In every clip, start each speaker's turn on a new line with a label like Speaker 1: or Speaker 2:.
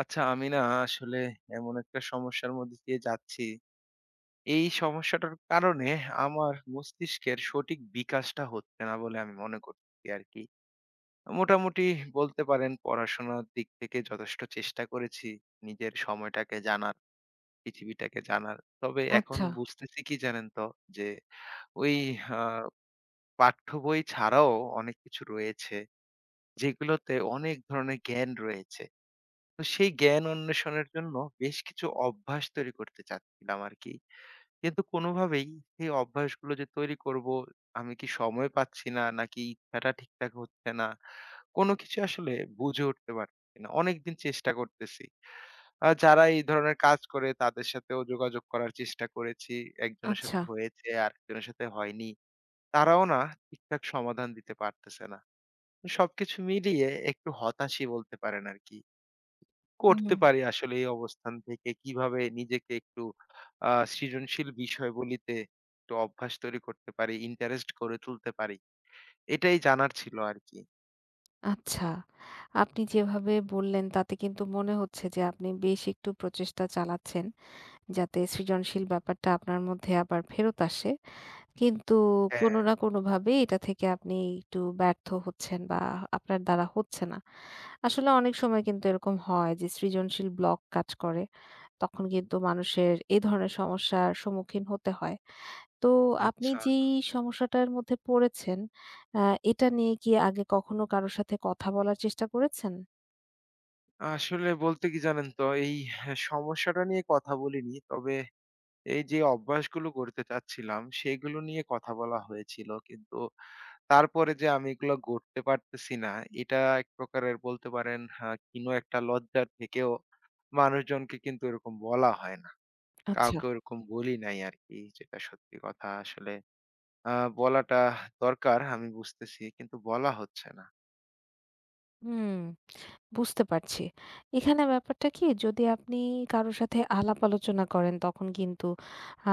Speaker 1: আচ্ছা, আমি না আসলে এমন একটা সমস্যার মধ্যে দিয়ে যাচ্ছি। এই সমস্যাটার কারণে আমার মস্তিষ্কের সঠিক বিকাশটা হচ্ছে না বলে আমি মনে করছি আরকি। মোটামুটি বলতে পারেন পড়াশোনার দিক থেকে যথেষ্ট চেষ্টা করেছি নিজের সময়টাকে জানার, পৃথিবীটাকে জানার। তবে এখন
Speaker 2: আচ্ছা,
Speaker 1: বুঝতেছি কি জানেন তো? যে ওই আ পাঠ্য বই ছাড়াও অনেক কিছু রয়েছে যেগুলোতে অনেক ধরনের জ্ঞান রয়েছে। তো সেই জ্ঞান অন্বেষণের জন্য বেশ কিছু অভ্যাস তৈরি করতে চাচ্ছিলাম আরকি। কিন্তু কোনোভাবেই সেই অভ্যাসগুলো যে তৈরি করবো, আমি কি সময় পাচ্ছি না, নাকি ইচ্ছাটা ঠিকঠাক হচ্ছে না, কোনো কিছু আসলে বুঝে উঠতে পারতেছি না। অনেকদিন চেষ্টা করতেছি। যারা এই ধরনের কাজ করে তাদের সাথেও যোগাযোগ করার চেষ্টা করেছি। একজনের
Speaker 2: আচ্ছা।
Speaker 1: সাথে হয়েছে, আরেকজনের সাথে হয়নি। তারাও না ঠিকঠাক সমাধান দিতে পারতেছে না। সবকিছু মিলিয়ে একটু হতাশই বলতে পারেন আরকি। করতে
Speaker 2: হুম,
Speaker 1: পারি আসলে এই অবস্থান থেকে? কিভাবে নিজেকে একটু সৃজনশীল বিষয়গুলিতে একটু অভ্যাস তৈরি করতে পারি, ইন্টারেস্ট গড়ে তুলতে পারি? এটাই জানার ছিল আরকি।
Speaker 2: আচ্ছা। আপনি যেভাবে বললেন তাতে কিন্তু মনে হচ্ছে যে আপনি বেশ একটু প্রচেষ্টা চালাচ্ছেন যাতে সৃজনশীল ব্যাপারটা আপনার মধ্যে আবার ফেরত আসে। কিন্তু
Speaker 1: হ্যাঁ।
Speaker 2: কোনো না কোনোভাবে এটা থেকে আপনি একটু ব্যর্থ হচ্ছেন বা আপনার দ্বারা হচ্ছে না। আসলে অনেক সময় কিন্তু এরকম হয় যে সৃজনশীল ব্লক কাজ করে। তখন কিন্তু মানুষের এই ধরনের সমস্যার সম্মুখীন হতে হয়। তো আপনি
Speaker 1: আচ্ছা।
Speaker 2: যেই সমস্যাটার মধ্যে পড়েছেন, আ এটা নিয়ে কি আগে কখনো কারো সাথে কথা বলার চেষ্টা করেছেন?
Speaker 1: আসলে বলতে কি জানেন তো এই সমস্যাটা নিয়ে কথা বলিনি। তবে এই যে অভ্যাসগুলো গড়তে চাচ্ছিলাম সেগুলো নিয়ে কথা বলা হয়েছিল। কিন্তু তারপরে যে আমি এগুলো গড়তে পারতেছি না এটা এক প্রকারের বলতে পারেন হা কিনো একটা লজ্জার থেকেও মানুষজনকে কিন্তু এরকম বলা হয় না।
Speaker 2: আচ্ছা।
Speaker 1: কাউকে ওরকম বলি নাই আরকি, যেটা সত্যি কথা আসলে। বলাটা দরকার আমি বুঝতেছি, কিন্তু বলা হচ্ছে না।
Speaker 2: হুম। বুঝতে পারছি। এখানে ব্যাপারটা কি যদি আপনি কারো সাথে আলাপ আলোচনা করেন তখন কিন্তু আ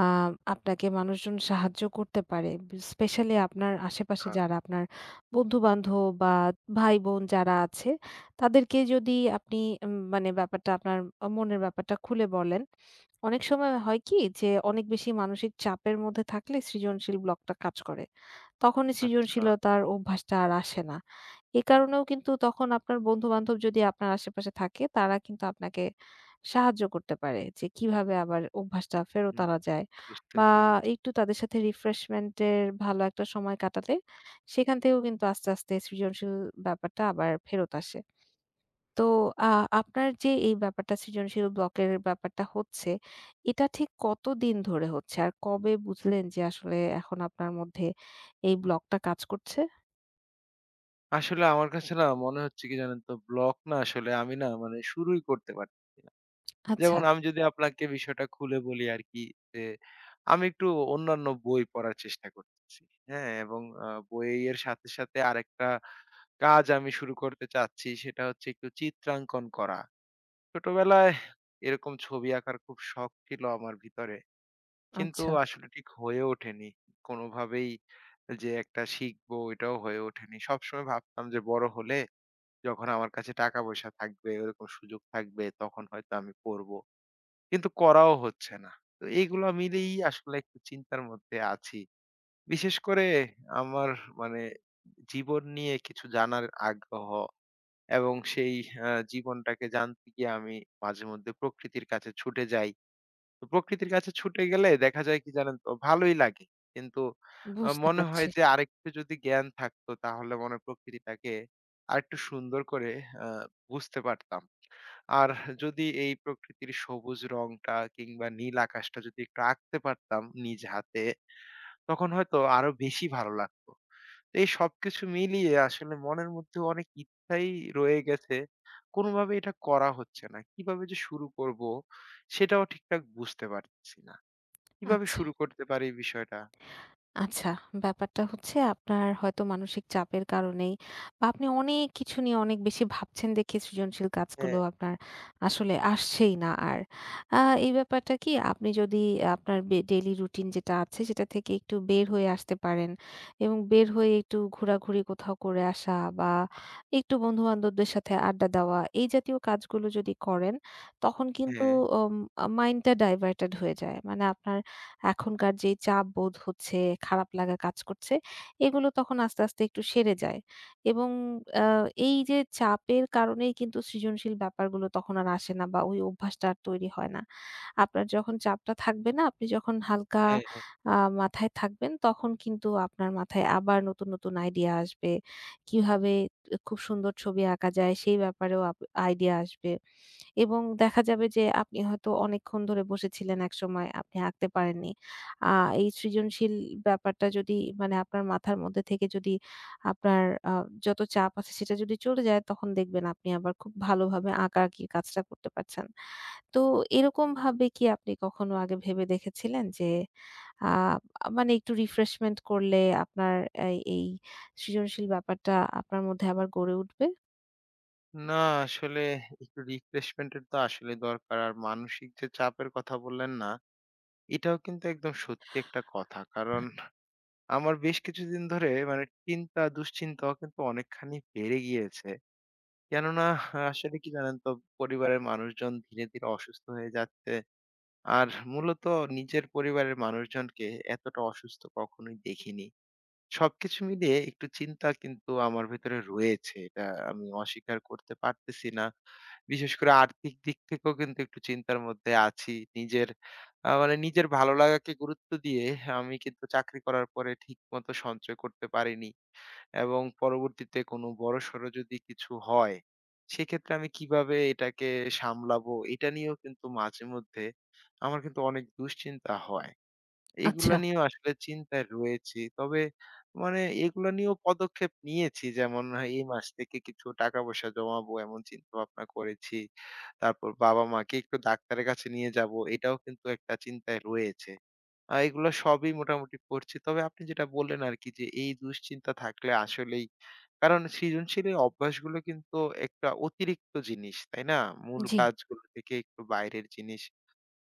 Speaker 2: আপনাকে মানুষজন সাহায্য করতে পারে। স্পেশালি আপনার আশেপাশে
Speaker 1: আ
Speaker 2: যারা আপনার বন্ধু-বান্ধব বা ভাই-বোন যারা আছে তাদেরকে যদি আপনি মানে ব্যাপারটা আপনার মনের ব্যাপারটা খুলে বলেন। অনেক সময় হয় কি যে অনেক বেশি মানসিক চাপের মধ্যে থাকলে সৃজনশীল ব্লকটা কাজ করে। তখনই
Speaker 1: আচ্ছা,
Speaker 2: সৃজনশীলতার অভ্যাসটা আর আসে না। এ কারণেও কিন্তু তখন আপনার বন্ধু-বান্ধব যদি আপনার আশেপাশে থাকে, তারা কিন্তু আপনাকে সাহায্য করতে পারে যে কিভাবে আবার অভ্যাসটা ফেরত
Speaker 1: হুম,
Speaker 2: আনা যায়
Speaker 1: বুঝতে
Speaker 2: বা
Speaker 1: পেরেছি।
Speaker 2: একটু তাদের সাথে রিফ্রেশমেন্ট এর ভালো একটা সময় কাটালে সেখান থেকেও কিন্তু আস্তে, আস্তে সৃজনশীল ব্যাপারটা আবার ফেরত আসে। তো আ আপনার যে এই ব্যাপারটা সৃজনশীল ব্লকের ব্যাপারটা হচ্ছে, এটা ঠিক কতদিন ধরে হচ্ছে? আর কবে বুঝলেন যে আসলে এখন আপনার মধ্যে এই ব্লকটা কাজ করছে?
Speaker 1: আসলে আমার কাছে না মনে হচ্ছে কি জানেন তো ব্লক না, আসলে আমি না মানে শুরুই করতে পারতেছি না।
Speaker 2: আচ্ছা,
Speaker 1: যেমন আমি যদি আপনাকে বিষয়টা খুলে বলি আরকি, যে আমি একটু অন্যান্য বই পড়ার চেষ্টা করতেছি। হ্যাঁ? এবং বইয়ের সাথে, সাথে আরেকটা কাজ আমি শুরু করতে চাচ্ছি সেটা হচ্ছে একটু চিত্রাঙ্কন করা। ছোটবেলায় এরকম ছবি আঁকার খুব শখ ছিল আমার ভিতরে। কিন্তু
Speaker 2: আচ্ছা
Speaker 1: আসলে ঠিক হয়ে ওঠেনি। কোনোভাবেই যে একটা শিখবো এটাও হয়ে ওঠেনি। সবসময় ভাবতাম যে বড় হলে যখন আমার কাছে টাকা পয়সা থাকবে, ওরকম সুযোগ থাকবে তখন হয়তো আমি করব। কিন্তু করাও হচ্ছে না। তো এইগুলা মিলেই আসলে একটু চিন্তার মধ্যে আছি। বিশেষ করে আমার মানে জীবন নিয়ে কিছু জানার আগ্রহ। এবং সেই আ জীবনটাকে জানতে গিয়ে আমি মাঝেমধ্যে প্রকৃতির কাছে ছুটে যাই। তো প্রকৃতির কাছে ছুটে গেলে দেখা যায় কি জানেন তো ভালোই লাগে। কিন্তু
Speaker 2: বুঝতে
Speaker 1: মনে হয়
Speaker 2: পারছি।
Speaker 1: যে আরেকটু যদি জ্ঞান থাকতো তাহলে মনে হয় প্রকৃতিটাকে আরেকটু সুন্দর করে আ বুঝতে পারতাম। আর যদি এই প্রকৃতির সবুজ রংটা কিংবা নীল আকাশটা যদি একটু আঁকতে পারতাম নিজ হাতে, তখন হয়তো আরো বেশি ভালো লাগতো। তো এই সবকিছু মিলিয়ে আসলে মনের মধ্যে অনেক ইচ্ছাই রয়ে গেছে। কোনোভাবে এটা করা হচ্ছে না। কিভাবে যে শুরু করব সেটাও ঠিকঠাক বুঝতে পারছি না। কিভাবে
Speaker 2: আচ্ছা।
Speaker 1: শুরু করতে পারি এই বিষয়টা?
Speaker 2: আচ্ছা, ব্যাপারটা হচ্ছে আপনার হয়তো মানসিক চাপের কারণেই বা আপনি অনেক কিছু নিয়ে অনেক বেশি ভাবছেন দেখে সৃজনশীল
Speaker 1: হ্যাঁ।
Speaker 2: কাজগুলো আপনার আসলে আসছেই না আর। আ এই ব্যাপারটা কি আপনি যদি আপনার ডেইলি রুটিন যেটা আছে সেটা থেকে একটু বের হয়ে আসতে পারেন এবং বের হয়ে একটু ঘোরাঘুরি কোথাও করে আসা বা একটু বন্ধু-বান্ধবদের সাথে আড্ডা দেওয়া, এই জাতীয় কাজগুলো যদি করেন তখন কিন্তু
Speaker 1: হ্যাঁ।
Speaker 2: ওম মাইন্ডটা ডাইভার্টেড হয়ে যায়। মানে আপনার এখনকার যেই চাপ বোধ হচ্ছে, খারাপ লাগা কাজ করছে, এগুলো তখন আস্তে, আস্তে একটু সেরে যায়। এবং আ এই যে চাপের কারণেই কিন্তু সৃজনশীল ব্যাপারগুলো তখন আর আসে না বা ওই অভ্যাসটা আর তৈরি হয় না। আপনার যখন চাপটা থাকবে না, আপনি যখন হালকা
Speaker 1: হ্যাঁ, হ্যাঁ।
Speaker 2: আ মাথায় থাকবেন, তখন কিন্তু আপনার মাথায় আবার নতুন, নতুন আইডিয়া আসবে। কিভাবে এ খুব সুন্দর ছবি আঁকা যায়, সেই ব্যাপারেও আইডিয়া আসবে। এবং দেখা যাবে যে আপনি হয়তো অনেকক্ষণ ধরে বসেছিলেন একসময়, আপনি আঁকতে পারেননি। আ এই সৃজনশীল ব্যাপারটা যদি মানে আপনার মাথার মধ্যে থেকে যদি আপনার আ যত চাপ আছে সেটা যদি চলে যায় তখন দেখবেন আপনি আবার খুব ভালোভাবে আঁকাআঁকির কাজটা করতে পারছেন। তো এরকমভাবে কি আপনি কখনো আগে ভেবে দেখেছিলেন যে আ মানে একটু রিফ্রেশমেন্ট করলে আপনার এই এই সৃজনশীল ব্যাপারটা আপনার মধ্যে আবার গড়ে উঠবে?
Speaker 1: না, আসলে একটু রিফ্রেশমেন্ট এর তো আসলে দরকার। আর মানসিক যে চাপের কথা বললেন না, এটাও কিন্তু একদম সত্যি একটা কথা। কারণ আমার বেশ কিছুদিন ধরে মানে চিন্তা, দুশ্চিন্তাও কিন্তু অনেকখানি বেড়ে গিয়েছে। কেননা আসলে কি জানেন তো পরিবারের মানুষজন ধীরে, ধীরে অসুস্থ হয়ে যাচ্ছে। আর মূলত নিজের পরিবারের মানুষজনকে এতটা অসুস্থ কখনোই দেখিনি। সবকিছু মিলিয়ে একটু চিন্তা কিন্তু আমার ভেতরে রয়েছে। এটা আমি অস্বীকার করতে পারতেছি না। বিশেষ করে আর্থিক দিক থেকেও কিন্তু একটু চিন্তার মধ্যে আছি। নিজের মানে নিজের ভালো লাগাকে গুরুত্ব দিয়ে আমি কিন্তু চাকরি করার পরে ঠিকমতো সঞ্চয় করতে পারিনি। এবং পরবর্তীতে কোনো বড়সড় যদি কিছু হয়, সেক্ষেত্রে আমি কিভাবে এটাকে সামলাবো? এটা নিয়েও কিন্তু মাঝে মধ্যে আমার কিন্তু অনেক দুশ্চিন্তা হয়। এগুলা
Speaker 2: আচ্ছা,
Speaker 1: নিয়েও আসলে চিন্তায় রয়েছি। তবে মানে এগুলা নিয়েও পদক্ষেপ নিয়েছি। যেমন হ্যাঁ, এই মাস থেকে কিছু টাকা-পয়সা জমাবো এমন চিন্তাভাবনা করেছি। তারপর বাবা-মাকে একটু ডাক্তারের কাছে নিয়ে যাবো। এটাও কিন্তু একটা চিন্তায় রয়েছে। এগুলো সবই মোটামুটি করছি। তবে আপনি যেটা বললেন আরকি যে এই দুশ্চিন্তা থাকলে আসলেই, কারণ সৃজনশীল এই অভ্যাসগুলো কিন্তু একটা অতিরিক্ত জিনিস, তাই না? মূল
Speaker 2: জি,
Speaker 1: কাজগুলো থেকে একটু বাইরের জিনিস।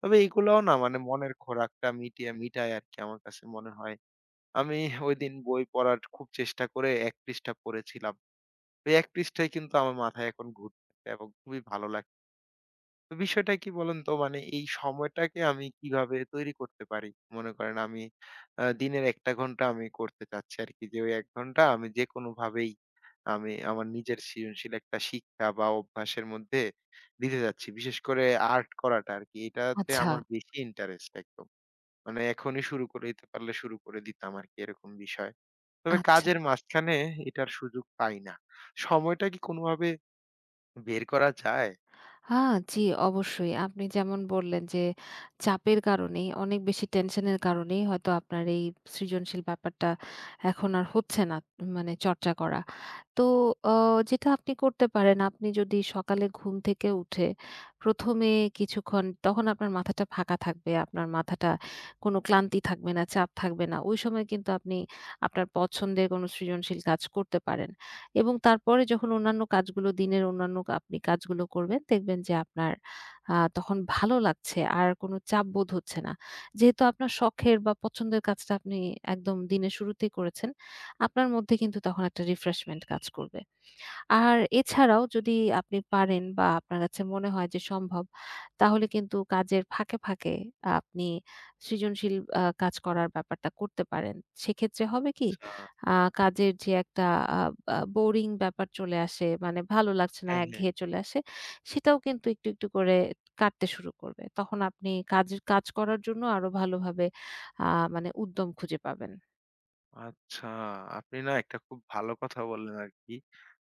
Speaker 1: তবে এগুলাও না মানে মনের খোরাকটা মিটিয়ে মিটায় আরকি আমার কাছে মনে হয়। আমি ওইদিন বই পড়ার খুব চেষ্টা করে ১ পৃষ্ঠা পড়েছিলাম। ওই ১ পৃষ্ঠাই কিন্তু আমার মাথায় এখন ঘুরতেছে এবং খুবই ভালো লাগ, তো বিষয়টা কি বলুন তো, মানে এই সময়টাকে আমি কিভাবে তৈরি করতে পারি? মনে করেন আমি দিনের ১ টা ঘন্টা আমি করতে চাচ্ছি আরকি, যে ওই ১ ঘন্টা আমি যেকোনোভাবেই আমি আমার নিজের সৃজনশীল একটা শিক্ষা বা অভ্যাসের মধ্যে দিতে চাচ্ছি। বিশেষ করে আর্ট করাটা আরকি। এটাতে
Speaker 2: আচ্ছা,
Speaker 1: আমার বেশি ইন্টারেস্ট একদম। মানে এখনই শুরু করে দিতে পারলে শুরু করে দিতাম আরকি এরকম বিষয়। তবে
Speaker 2: আচ্ছা।
Speaker 1: কাজের মাঝখানে এটার সুযোগ পাই না। সময়টা কি কোনোভাবে বের করা যায়?
Speaker 2: আ জি, অবশ্যই। আপনি যেমন বললেন যে, চাপের কারণেই, অনেক বেশি টেনশনের কারণেই হয়তো আপনার এই সৃজনশীল ব্যাপারটা এখন আর হচ্ছে না মানে চর্চা করা। তো অ যেটা আপনি করতে পারেন, আপনি যদি সকালে ঘুম থেকে উঠে ১ম এ কিছুক্ষণ তখন আপনার মাথাটা ফাঁকা থাকবে। আপনার মাথাটা কোনো ক্লান্তি থাকবে না, চাপ থাকবে না। ওই সময় কিন্তু আপনি আপনার পছন্দের কোনো সৃজনশীল কাজ করতে পারেন। এবং তারপরে যখন অন্যান্য কাজগুলো দিনের অন্যান্য আপনি কাজগুলো করবেন দেখবেন যে আপনার তখন ভালো লাগছে আর কোনো চাপ বোধ হচ্ছে না। যেহেতু আপনার শখের বা পছন্দের কাজটা আপনি একদম দিনের শুরুতেই করেছেন, আপনার মধ্যে কিন্তু তখন একটা রিফ্রেশমেন্ট কাজ করবে। আর এছাড়াও যদি আপনি পারেন বা আপনার কাছে মনে হয় যে সম্ভব, তাহলে কিন্তু কাজের ফাঁকে, ফাঁকে আপনি সৃজনশীল কাজ করার ব্যাপারটা করতে পারেন। সেক্ষেত্রে হবে কি?
Speaker 1: আচ্ছা।
Speaker 2: আ কাজের যে একটা আ আ বোরিং ব্যাপার চলে আসে, মানে ভালো লাগছে না,
Speaker 1: হ্যাঁ, হ্যাঁ।
Speaker 2: একঘেয়ে চলে আসে, সেটাও কিন্তু একটু, একটু করে কাটতে শুরু করবে। তখন আপনি কাজ কাজ করার জন্য আরো ভালোভাবে আ মানে উদ্যম খুঁজে পাবেন।
Speaker 1: আচ্ছা, আপনি না একটা খুব ভালো কথা বললেন আরকি।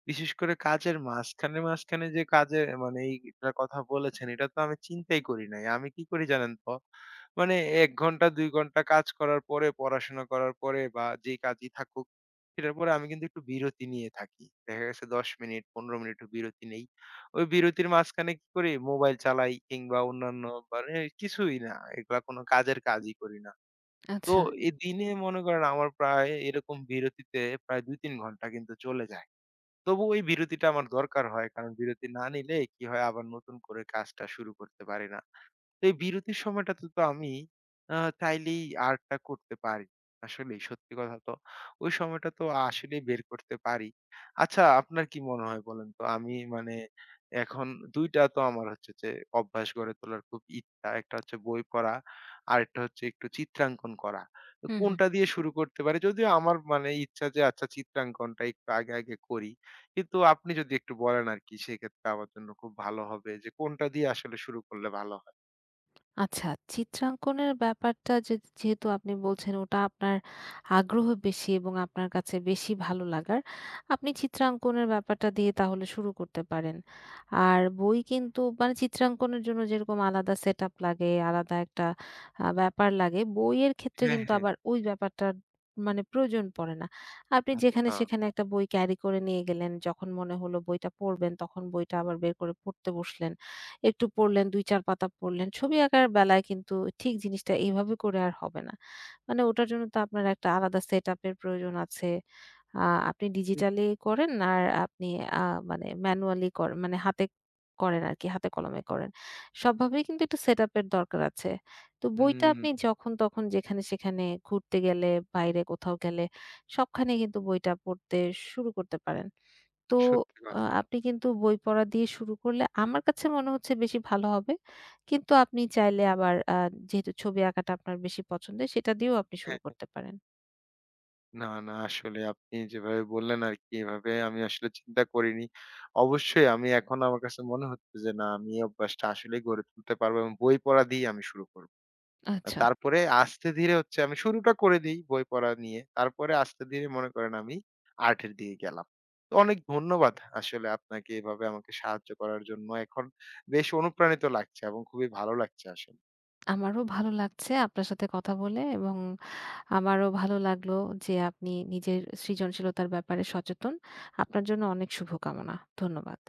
Speaker 1: বিশেষ করে কাজের মাঝখানে, মাঝখানে যে কাজে মানে এইটার কথা বলেছেন, এটা তো আমি চিন্তাই করি নাই। আমি কি করি জানেন তো? মানে ১ ঘন্টা ২ ঘন্টা কাজ করার পরে, পড়াশোনা করার পরে বা যেই কাজই থাকুক, সেটার পরে আমি কিন্তু একটু বিরতি নিয়ে থাকি। দেখা গেছে ১০ মিনিট, ১৫ মিনিট একটু বিরতি নেই। ওই বিরতির মাঝখানে কি করি? মোবাইল চালাই কিংবা অন্যান্য, মানে কিছুই না। এগুলা কোনো কাজের কাজই করি না। তো
Speaker 2: আচ্ছা।
Speaker 1: এই দিনে মনে করেন আমার প্রায় এরকম বিরতিতে প্রায় ২-৩ ঘন্টা কিন্তু চলে যায়। তবু ওই বিরতিটা আমার দরকার হয়। কারণ বিরতি না নিলে কি হয়, আবার নতুন করে কাজটা শুরু করতে পারি না। তো এই বিরতির সময়টাতে তো আমি চাইলেই আর্টটা করতে পারি। আসলেই সত্যি কথা তো। ওই সময়টা তো আসলেই বের করতে পারি। আচ্ছা, আপনার কি মনে হয় বলেন তো? আমি মানে এখন ২ টা তো আমার হচ্ছে যে অভ্যাস গড়ে তোলার খুব ইচ্ছা। একটা হচ্ছে বই পড়া, আরেকটা হচ্ছে একটু চিত্রাঙ্কন করা। তো
Speaker 2: হুম, হুম।
Speaker 1: কোনটা দিয়ে শুরু করতে পারি? যদিও আমার মানে ইচ্ছা যে আচ্ছা চিত্রাঙ্কনটা একটু আগে, আগে করি। কিন্তু আপনি যদি একটু বলেন আরকি, সেক্ষেত্রে আমার জন্য খুব ভালো হবে যে কোনটা দিয়ে আসলে শুরু করলে ভালো হয়?
Speaker 2: আচ্ছা, চিত্রাঙ্কনের ব্যাপারটা যে যেহেতু আপনি বলছেন ওটা আপনার আগ্রহ বেশি এবং আপনার কাছে বেশি ভালো লাগার, আপনি চিত্রাঙ্কনের ব্যাপারটা দিয়ে তাহলে শুরু করতে পারেন। আর বই কিন্তু মানে চিত্রাঙ্কনের জন্য যেরকম আলাদা সেটআপ লাগে, আলাদা একটা ব্যাপার লাগে, বইয়ের ক্ষেত্রে
Speaker 1: হ্যাঁ,
Speaker 2: কিন্তু
Speaker 1: হ্যাঁ।
Speaker 2: আবার ওই ব্যাপারটার মানে প্রয়োজন পড়ে না। আপনি যেখানে
Speaker 1: আচ্ছা।
Speaker 2: সেখানে একটা বই ক্যারি করে নিয়ে গেলেন, যখন মনে হলো বইটা পড়বেন তখন বইটা আবার বের করে পড়তে বসলেন। একটু পড়লেন ২-৪ পাতা পড়লেন। ছবি আঁকার বেলায় কিন্তু ঠিক জিনিসটা এইভাবে করে আর হবে না। মানে ওটার জন্য তো আপনার একটা আলাদা সেটআপ এর প্রয়োজন আছে। আ আপনি
Speaker 1: এ
Speaker 2: ডিজিটালি করেন আর আপনি আ মানে ম্যানুয়ালি করেন মানে হাতে করেন আরকি, হাতে কলমে করেন। সবভাবেই কিন্তু একটু সেটআপ এর দরকার আছে। তো বইটা
Speaker 1: হুম,
Speaker 2: আপনি যখন তখন যেখানে সেখানে ঘুরতে গেলে, বাইরে কোথাও গেলে সবখানে কিন্তু বইটা পড়তে শুরু করতে পারেন। তো
Speaker 1: সত্যি কথা।
Speaker 2: আপনি কিন্তু বই পড়া দিয়ে শুরু করলে আমার কাছে মনে হচ্ছে বেশি ভালো হবে। কিন্তু আপনি চাইলে আবার যেহেতু ছবি আঁকাটা আপনার বেশি পছন্দের সেটা দিয়েও আপনি শুরু
Speaker 1: হ্যাঁ, হ্যাঁ।
Speaker 2: করতে পারেন।
Speaker 1: না, না, আসলে আপনি যেভাবে বললেন আরকি এভাবে আমি আসলে চিন্তা করিনি। অবশ্যই আমি এখন আমার কাছে মনে হচ্ছে যে না, আমি এই অভ্যাসটা আসলেই গড়ে তুলতে পারবো এবং বই পড়া দিয়েই আমি শুরু করব।
Speaker 2: আচ্ছা।
Speaker 1: তারপরে আস্তে ধীরে হচ্ছে আমি শুরুটা করে দেই বই পড়া নিয়ে। তারপরে আস্তে ধীরে মনে করেন আমি আর্টের দিকে গেলাম। তো অনেক ধন্যবাদ আসলে আপনাকে এভাবে আমাকে সাহায্য করার জন্য। এখন বেশ অনুপ্রাণিত লাগছে এবং খুবই ভালো লাগছে আসলে।
Speaker 2: আমারও ভালো লাগছে আপনার সাথে কথা বলে এবং আমারও ভালো লাগলো যে আপনি নিজের সৃজনশীলতার ব্যাপারে সচেতন। আপনার জন্য অনেক শুভকামনা। ধন্যবাদ।